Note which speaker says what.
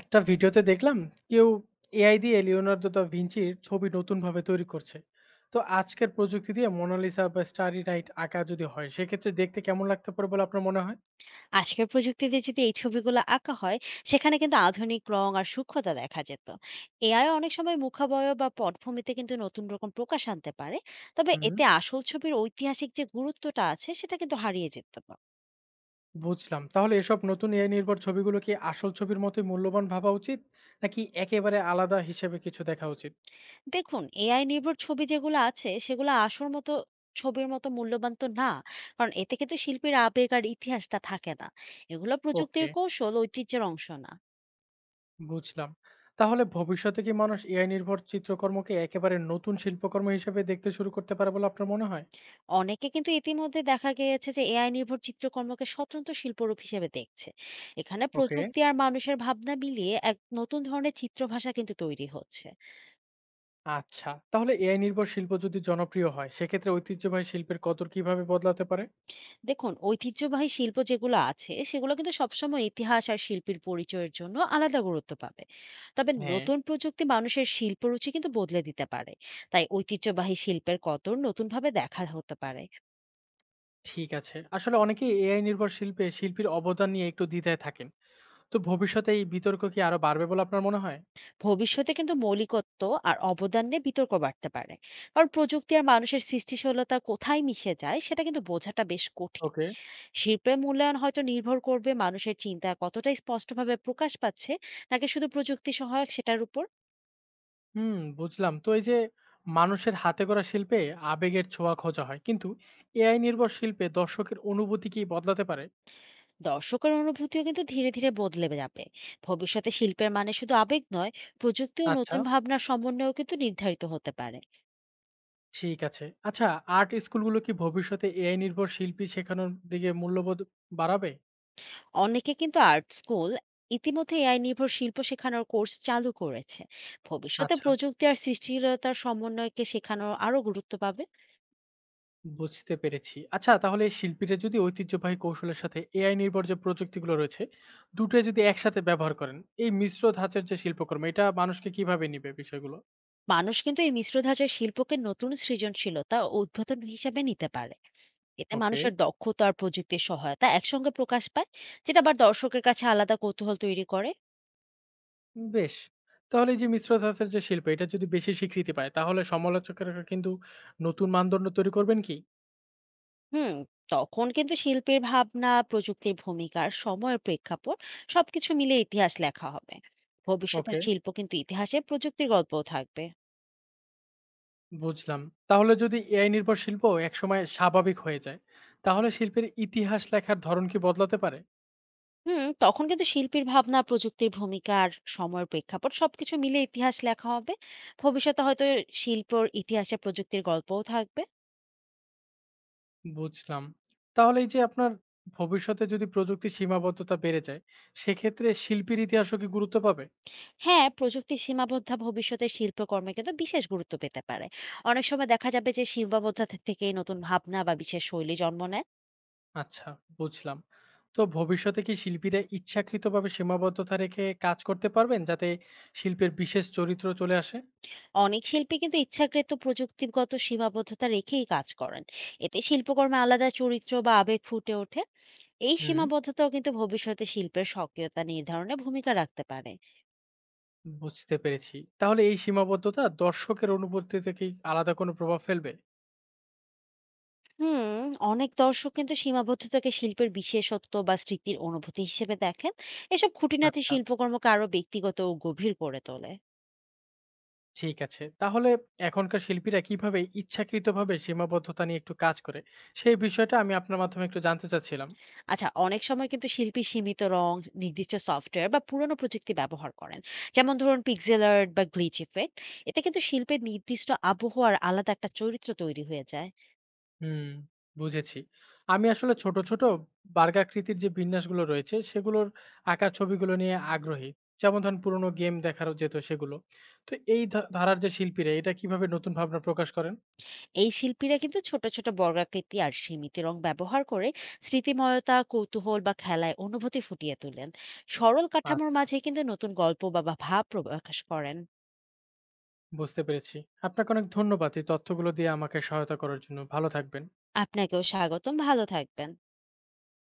Speaker 1: একটা ভিডিওতে দেখলাম কেউ এআই দিয়ে লিওনার্দো দা ভিঞ্চির ছবি নতুনভাবে তৈরি করছে। তো আজকের প্রযুক্তি দিয়ে মোনালিসা বা স্টারি নাইট আঁকা যদি হয় সেক্ষেত্রে দেখতে কেমন লাগতে পারে বলে আপনার মনে হয়?
Speaker 2: আজকের প্রযুক্তিতে যদি এই ছবিগুলো আঁকা হয় সেখানে কিন্তু আধুনিক রং আর সূক্ষ্মতা দেখা যেত। এআই অনেক সময় মুখাবয় বা পটভূমিতে কিন্তু নতুন রকম প্রকাশ আনতে পারে। তবে
Speaker 1: হুম,
Speaker 2: এতে আসল ছবির ঐতিহাসিক যে গুরুত্বটা আছে সেটা কিন্তু হারিয়ে যেতে পারে।
Speaker 1: বুঝলাম। তাহলে এসব নতুন এআই নির্ভর ছবিগুলো কি আসল ছবির মতোই মূল্যবান ভাবা উচিত, নাকি একেবারে আলাদা হিসেবে কিছু দেখা উচিত?
Speaker 2: দেখুন এআই নির্ভর ছবি যেগুলো আছে সেগুলো আসল মতো ছবির মতো মূল্যবান তো না, কারণ এতে কিন্তু শিল্পীর আবেগ আর ইতিহাসটা থাকে না। এগুলো প্রযুক্তির
Speaker 1: ওকে,
Speaker 2: কৌশল, ঐতিহ্যের অংশ না।
Speaker 1: বুঝলাম। তাহলে ভবিষ্যতে কি মানুষ এআই নির্ভর চিত্রকর্মকে একেবারে নতুন শিল্পকর্ম হিসেবে দেখতে শুরু করতে পারে বলে আপনার মনে হয়?
Speaker 2: অনেকে কিন্তু ইতিমধ্যে দেখা গিয়েছে যে এআই নির্ভর চিত্রকর্মকে স্বতন্ত্র শিল্পরূপ হিসেবে দেখছে। এখানে
Speaker 1: ওকে।
Speaker 2: প্রযুক্তি আর মানুষের ভাবনা মিলিয়ে এক নতুন ধরনের চিত্রভাষা কিন্তু তৈরি হচ্ছে।
Speaker 1: আচ্ছা, তাহলে এআই নির্ভর শিল্প যদি জনপ্রিয় হয়, সেক্ষেত্রে ঐতিহ্যবাহী শিল্পের কদর কিভাবে বদলাতে পারে?
Speaker 2: দেখুন ঐতিহ্যবাহী শিল্প যেগুলো আছে সেগুলো কিন্তু সবসময় ইতিহাস আর শিল্পীর পরিচয়ের জন্য আলাদা গুরুত্ব পাবে। তবে
Speaker 1: হ্যাঁ,
Speaker 2: নতুন প্রযুক্তি মানুষের শিল্পরুচি কিন্তু বদলে দিতে পারে। তাই ঐতিহ্যবাহী শিল্পের কদর নতুনভাবে দেখা হতে পারে।
Speaker 1: ঠিক আছে। আসলে অনেকেই এআই নির্ভর শিল্পে শিল্পীর অবদান নিয়ে একটু দ্বিধায় থাকেন। তো ভবিষ্যতে এই বিতর্ক কি আরো বাড়বে বলে আপনার মনে হয়?
Speaker 2: ভবিষ্যতে কিন্তু মৌলিকত্ব আর অবদান নিয়ে বিতর্ক বাড়তে পারে, কারণ প্রযুক্তি আর মানুষের সৃষ্টিশীলতা কোথায় মিশে যায় সেটা কিন্তু বোঝাটা বেশ কঠিন।
Speaker 1: ওকে।
Speaker 2: শিল্পের মূল্যায়ন হয়তো নির্ভর করবে মানুষের চিন্তা কতটা স্পষ্টভাবে প্রকাশ পাচ্ছে নাকি শুধু প্রযুক্তি সহায়ক সেটার উপর।
Speaker 1: হুম, বুঝলাম। তো এই যে মানুষের হাতে গড়া শিল্পে আবেগের ছোঁয়া খোঁজা হয়, কিন্তু এআই নির্ভর শিল্পে দর্শকের অনুভূতি কি বদলাতে পারে?
Speaker 2: দর্শকের অনুভূতিও কিন্তু ধীরে ধীরে বদলে যাবে। ভবিষ্যতে শিল্পের মানে শুধু আবেগ নয়, প্রযুক্তি ও
Speaker 1: আচ্ছা,
Speaker 2: নতুন ভাবনার সমন্বয়েও কিন্তু নির্ধারিত হতে পারে।
Speaker 1: ঠিক আছে। আচ্ছা, আর্ট স্কুলগুলো কি ভবিষ্যতে এআই নির্ভর শিল্পী শেখানোর দিকে মূল্যবোধ বাড়াবে?
Speaker 2: অনেকে কিন্তু আর্ট স্কুল ইতিমধ্যে এআই নির্ভর শিল্প শেখানোর কোর্স চালু করেছে। ভবিষ্যতে
Speaker 1: আচ্ছা,
Speaker 2: প্রযুক্তি আর সৃষ্টিশীলতার সমন্বয়কে শেখানোর আরো গুরুত্ব পাবে।
Speaker 1: বুঝতে পেরেছি। আচ্ছা, তাহলে শিল্পীরা যদি ঐতিহ্যবাহী কৌশলের সাথে এআই নির্ভর যে প্রযুক্তিগুলো রয়েছে, দুটোই যদি একসাথে ব্যবহার করেন, এই মিশ্র ধাঁচের যে শিল্পকর্ম এটা মানুষকে কিভাবে নিবে বিষয়গুলো?
Speaker 2: মানুষ কিন্তু এই মিশ্র ধাঁচের শিল্পকে নতুন সৃজনশীলতা ও উদ্বোধন হিসাবে নিতে পারে। এতে
Speaker 1: ওকে।
Speaker 2: মানুষের দক্ষতা আর প্রযুক্তির সহায়তা একসঙ্গে প্রকাশ পায়, যেটা আবার দর্শকের কাছে আলাদা কৌতূহল তৈরি করে।
Speaker 1: বেশ। তাহলে এই যে মিশ্র ধাঁচের যে শিল্প এটা যদি বেশি স্বীকৃতি পায় তাহলে সমালোচকেরা কিন্তু নতুন মানদণ্ড তৈরি করবেন কি?
Speaker 2: হুম, তখন কিন্তু শিল্পীর ভাবনা, প্রযুক্তির ভূমিকা আর সময়ের প্রেক্ষাপট সবকিছু মিলে ইতিহাস লেখা হবে। ভবিষ্যতের
Speaker 1: ওকে,
Speaker 2: শিল্প কিন্তু ইতিহাসে প্রযুক্তির গল্পও থাকবে।
Speaker 1: বুঝলাম। তাহলে যদি এআই নির্ভর শিল্প একসময় স্বাভাবিক হয়ে যায়, তাহলে শিল্পের ইতিহাস লেখার ধরন কি বদলাতে পারে?
Speaker 2: হুম, তখন কিন্তু শিল্পীর ভাবনা, প্রযুক্তির ভূমিকা আর সময়ের প্রেক্ষাপট সবকিছু মিলে ইতিহাস লেখা হবে। ভবিষ্যতে হয়তো শিল্পর ইতিহাসে প্রযুক্তির গল্পও থাকবে।
Speaker 1: বুঝলাম। তাহলে এই যে আপনার, ভবিষ্যতে যদি প্রযুক্তির সীমাবদ্ধতা বেড়ে যায়, সেক্ষেত্রে শিল্পীর ইতিহাসও কি গুরুত্ব পাবে?
Speaker 2: হ্যাঁ, প্রযুক্তির সীমাবদ্ধ ভবিষ্যতে শিল্পকর্মে কিন্তু বিশেষ গুরুত্ব পেতে পারে। অনেক সময় দেখা যাবে যে সীমাবদ্ধতা থেকে নতুন ভাবনা বা বিশেষ শৈলী জন্ম নেয়।
Speaker 1: আচ্ছা, বুঝলাম। তো ভবিষ্যতে কি শিল্পীরা ইচ্ছাকৃতভাবে সীমাবদ্ধতা রেখে কাজ করতে পারবেন যাতে শিল্পের বিশেষ চরিত্র চলে আসে?
Speaker 2: অনেক শিল্পী কিন্তু ইচ্ছাকৃত প্রযুক্তিগত সীমাবদ্ধতা রেখেই কাজ করেন। এতে শিল্পকর্মে আলাদা চরিত্র বা আবেগ ফুটে ওঠে। এই
Speaker 1: হুম,
Speaker 2: সীমাবদ্ধতাও কিন্তু ভবিষ্যতে শিল্পের সক্রিয়তা নির্ধারণে ভূমিকা রাখতে পারে।
Speaker 1: বুঝতে পেরেছি। তাহলে এই সীমাবদ্ধতা দর্শকের অনুভূতিতে কি আলাদা কোনো প্রভাব ফেলবে?
Speaker 2: হুম, অনেক দর্শক কিন্তু সীমাবদ্ধতাকে শিল্পের বিশেষত্ব বা স্মৃতির অনুভূতি হিসেবে দেখেন। এসব খুঁটিনাটি
Speaker 1: আচ্ছা,
Speaker 2: শিল্পকর্মকে আরো ব্যক্তিগত ও গভীর করে তোলে।
Speaker 1: ঠিক আছে। তাহলে এখনকার শিল্পীরা কিভাবে ইচ্ছাকৃতভাবে সীমাবদ্ধতা নিয়ে একটু কাজ করে, সেই বিষয়টা আমি আপনার মাধ্যমে একটু জানতে চাচ্ছিলাম।
Speaker 2: আচ্ছা, অনেক সময় কিন্তু শিল্পী সীমিত রং, নির্দিষ্ট সফটওয়্যার বা পুরনো প্রযুক্তি ব্যবহার করেন। যেমন ধরুন পিক্সেল আর্ট বা গ্লিচ ইফেক্ট। এতে কিন্তু শিল্পের নির্দিষ্ট আবহাওয়ার আলাদা একটা চরিত্র তৈরি হয়ে যায়।
Speaker 1: হুম, বুঝেছি। আমি আসলে ছোট, ছোট বর্গাকৃতির যে বিন্যাসগুলো রয়েছে, সেগুলোর আঁকা ছবিগুলো নিয়ে আগ্রহী। যেমন ধরেন পুরোনো গেম দেখারও যেত সেগুলো। তো এই ধারার যে শিল্পীরা এটা কিভাবে নতুন ভাবনা প্রকাশ করেন?
Speaker 2: এই শিল্পীরা কিন্তু ছোট ছোট বর্গাকৃতি আর সীমিত রং ব্যবহার করে স্মৃতিময়তা, কৌতূহল বা খেলায় অনুভূতি ফুটিয়ে তোলেন। সরল কাঠামোর
Speaker 1: আচ্ছা,
Speaker 2: মাঝে কিন্তু নতুন গল্প বা বা ভাব প্রকাশ করেন।
Speaker 1: বুঝতে পেরেছি। আপনাকে অনেক ধন্যবাদ এই তথ্যগুলো দিয়ে আমাকে সহায়তা করার জন্য। ভালো থাকবেন।
Speaker 2: আপনাকেও স্বাগতম, ভালো থাকবেন।